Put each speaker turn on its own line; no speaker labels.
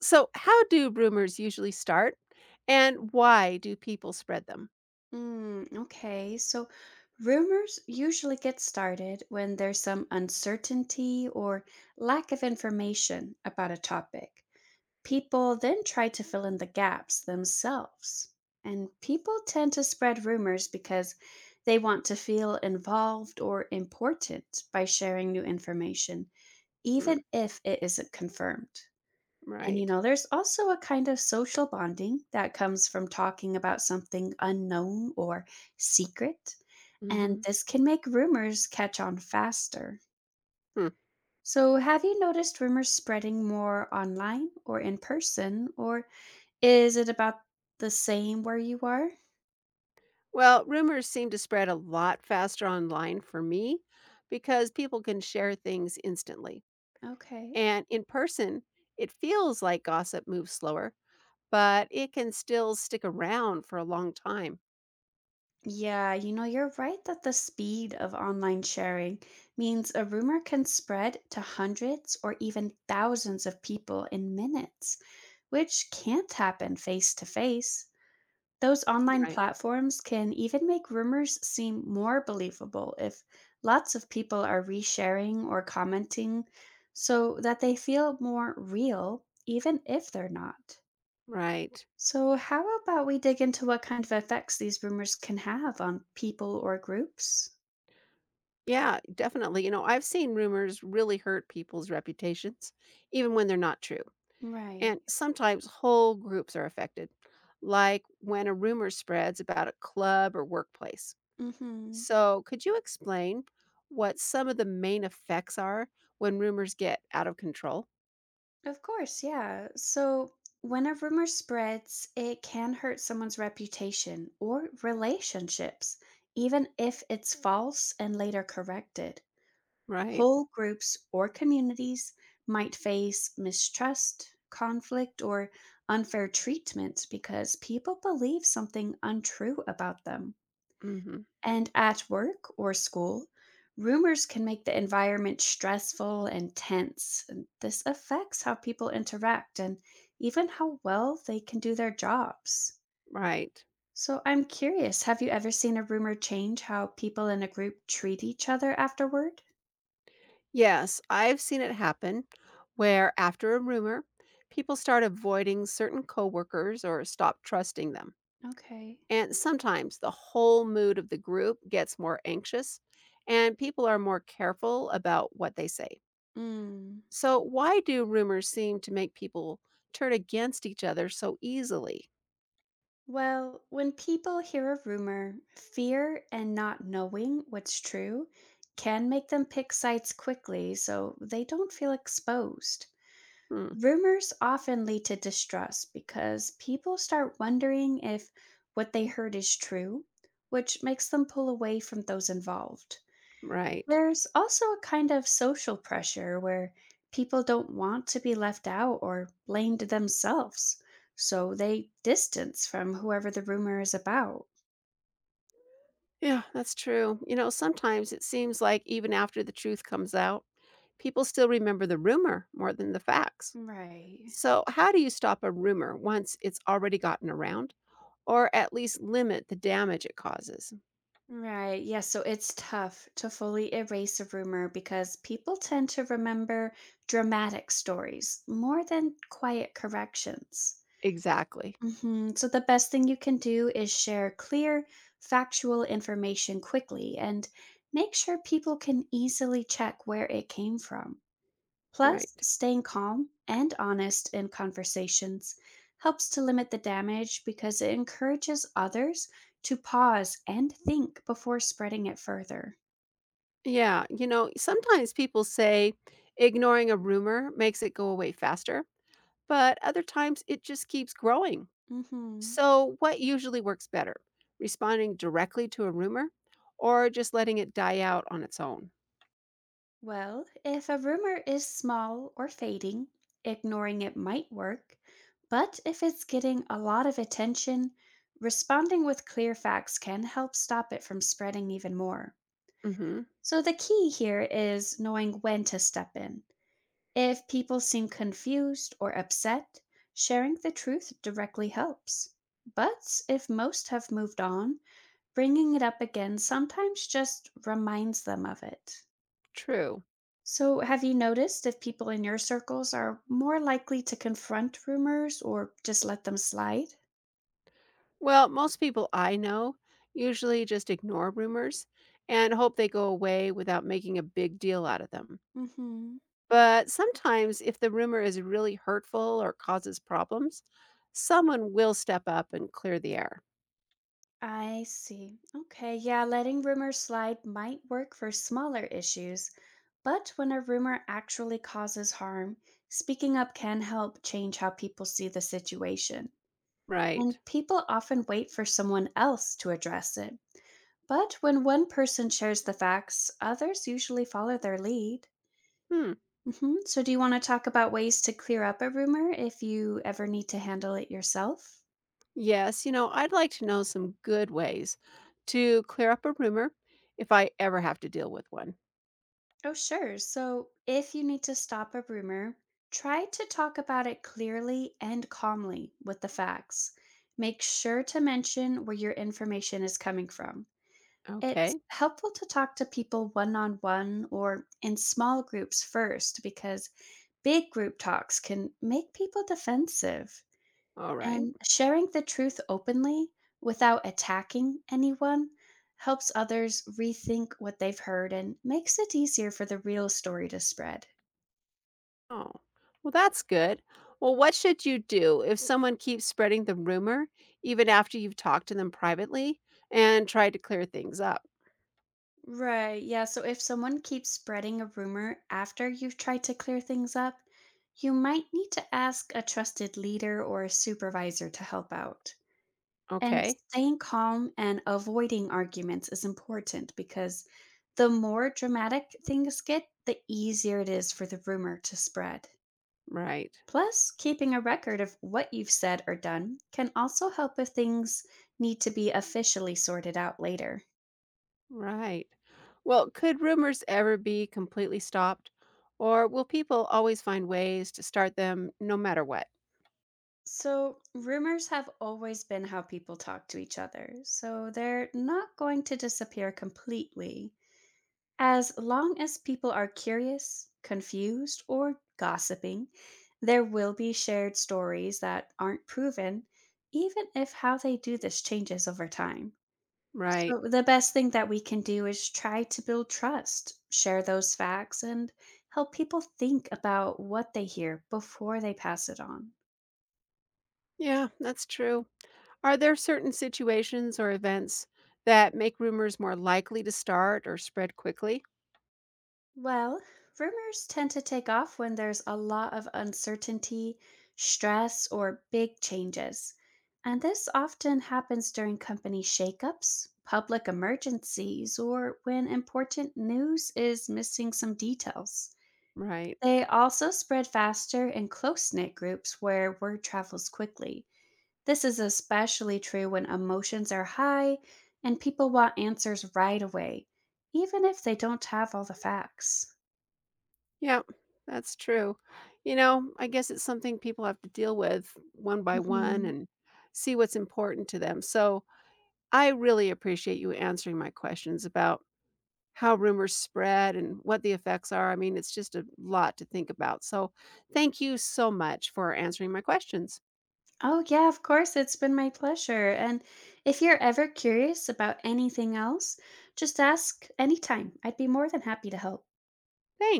So, how do rumors usually start, and why do people spread them?
Mm, okay, so rumors usually get started when there's some uncertainty or lack of information about a topic. People then try to fill in the gaps themselves. And people tend to spread rumors because they want to feel involved or important by sharing new information,
Hmm,
even if it isn't confirmed. And, you
right.
know, there's also a kind of social bonding that comes from talking about something unknown or secret. And
Hmm.
this can make rumors catch on faster.
Hmm.
So, have you noticed rumors spreading more online or in person, or is it about the same where you are?
Well, rumors seem to spread a lot faster online for me because people can share things instantly.
Okay.
And in person, it feels like gossip moves slower, but it can still stick around for a long time.
Yeah, you know, you're right that the speed of online sharing means a rumor can spread to hundreds or even thousands of people in minutes, which can't happen face to face. Those online
Right.
platforms can even make rumors seem more believable if lots of people are resharing or commenting so that they feel more real, even if they're not.
Right.
So, how about we dig into what kind of effects these rumors can have on people or groups?
Yeah, definitely. You know, I've seen rumors really hurt people's reputations, even when they're not true.
Right.
And sometimes whole groups are affected, like when a rumor spreads about a club or workplace.
Mhm.
So, could you explain what some of the main effects are when rumors get out of control?
Of course, yeah. So, when a rumor spreads, it can hurt someone's reputation or relationships, even if it's false and later corrected.
Right.
Whole groups or communities might face mistrust, conflict, or unfair treatment because people believe something untrue about them.
Hmm.
And at work or school, rumors can make the environment stressful and tense, and this affects how people interact and even how well they can do their jobs.
Right.
So I'm curious, have you ever seen a rumor change how people in a group treat each other afterward?
Yes, I've seen it happen where after a rumor, people start avoiding certain coworkers or stop trusting them.
Okay.
And sometimes the whole mood of the group gets more anxious and people are more careful about what they say.
Mm.
So, why do rumors seem to make people turn against each other so easily?
Well, when people hear a rumor, fear and not knowing what's true can make them pick sides quickly so they don't feel exposed.
Hmm,
Rumors often lead to distrust because people start wondering if what they heard is true, which makes them pull away from those involved.
right.
There's also a kind of social pressure where people don't want to be left out or blamed themselves, so they distance from whoever the rumor is about.
Yeah, that's true. You know, sometimes it seems like even after the truth comes out, people still remember the rumor more than the facts.
Right.
So, how do you stop a rumor once it's already gotten around, or at least limit the damage it causes?
Right. Yes. So it's tough to fully erase a rumor because people tend to remember dramatic stories more than quiet corrections.
Exactly.
So the best thing you can do is share clear, factual information quickly and make sure people can easily check where it came from. Plus,
Right.
staying calm and honest in conversations helps to limit the damage because it encourages others to pause and think before spreading it further.
Yeah, you know, sometimes people say ignoring a rumor makes it go away faster, but other times it just keeps growing.
Mhm.
So, what usually works better? Responding directly to a rumor or just letting it die out on its own?
Well, if a rumor is small or fading, ignoring it might work, but if it's getting a lot of attention, responding with clear facts can help stop it from spreading even more.
Hmm.
So the key here is knowing when to step in. If people seem confused or upset, sharing the truth directly helps. But if most have moved on, bringing it up again sometimes just reminds them of it.
True.
So, have you noticed if people in your circles are more likely to confront rumors or just let them slide?
Well, most people I know usually just ignore rumors and hope they go away without making a big deal out of them.
hmm
But sometimes, if the rumor is really hurtful or causes problems, someone will step up and clear the air.
I see. Okay, yeah, letting rumors slide might work for smaller issues, but when a rumor actually causes harm, speaking up can help change how people see the situation.
Right.
And people often wait for someone else to address it. But when one person shares the facts, others usually follow their lead.
Hmm.
So, do you want to talk about ways to clear up a rumor if you ever need to handle it yourself?
Yes, you know, I'd like to know some good ways to clear up a rumor if I ever have to deal with one.
Oh, sure. So if you need to stop a rumor, try to talk about it clearly and calmly with the facts. Make sure to mention where your information is coming from. It's
Okay.
helpful to talk to people one on one or in small groups first because big group talks can make people defensive.
All right.
And sharing the truth openly without attacking anyone helps others rethink what they've heard and makes it easier for the real story to spread.
Oh, well, that's good. Well, what should you do if someone keeps spreading the rumor, even after you've talked to them privately and tried to clear things up?
Right, yeah. So if someone keeps spreading a rumor after you've tried to clear things up, you might need to ask a trusted leader or a supervisor to help out. And
Okay.
staying calm and avoiding arguments is important because the more dramatic things get, the easier it is for the rumor to spread.
Right.
Plus, keeping a record of what you've said or done can also help if things need to be officially sorted out later.
Right. Well, could rumors ever be completely stopped? Or will people always find ways to start them no matter what?
So, rumors have always been how people talk to each other, so they're not going to disappear completely. As long as people are curious, confused, or gossiping, there will be shared stories that aren't proven, even if how they do this changes over time.
Right.
So, the best thing that we can do is try to build trust, share those facts, and help people think about what they hear before they pass it on.
Yeah, that's true. Are there certain situations or events that make rumors more likely to start or spread quickly?
Well, rumors tend to take off when there's a lot of uncertainty, stress, or big changes. And this often happens during company shakeups, public emergencies, or when important news is missing some details.
Right.
They also spread faster in close knit groups where word travels quickly. This is especially true when emotions are high and people want answers right away, even if they don't have all the facts.
Yeah, that's true. You know, I guess it's something people have to deal with one by one
Mhm.
and see what's important to them. So I really appreciate you answering my questions about how rumors spread and what the effects are. I mean, it's just a lot to think about. So, thank you so much for answering my questions.
Oh, yeah, of course, it's been my pleasure. And if you're ever curious about anything else, just ask anytime. I'd be more than happy to help.
Thanks.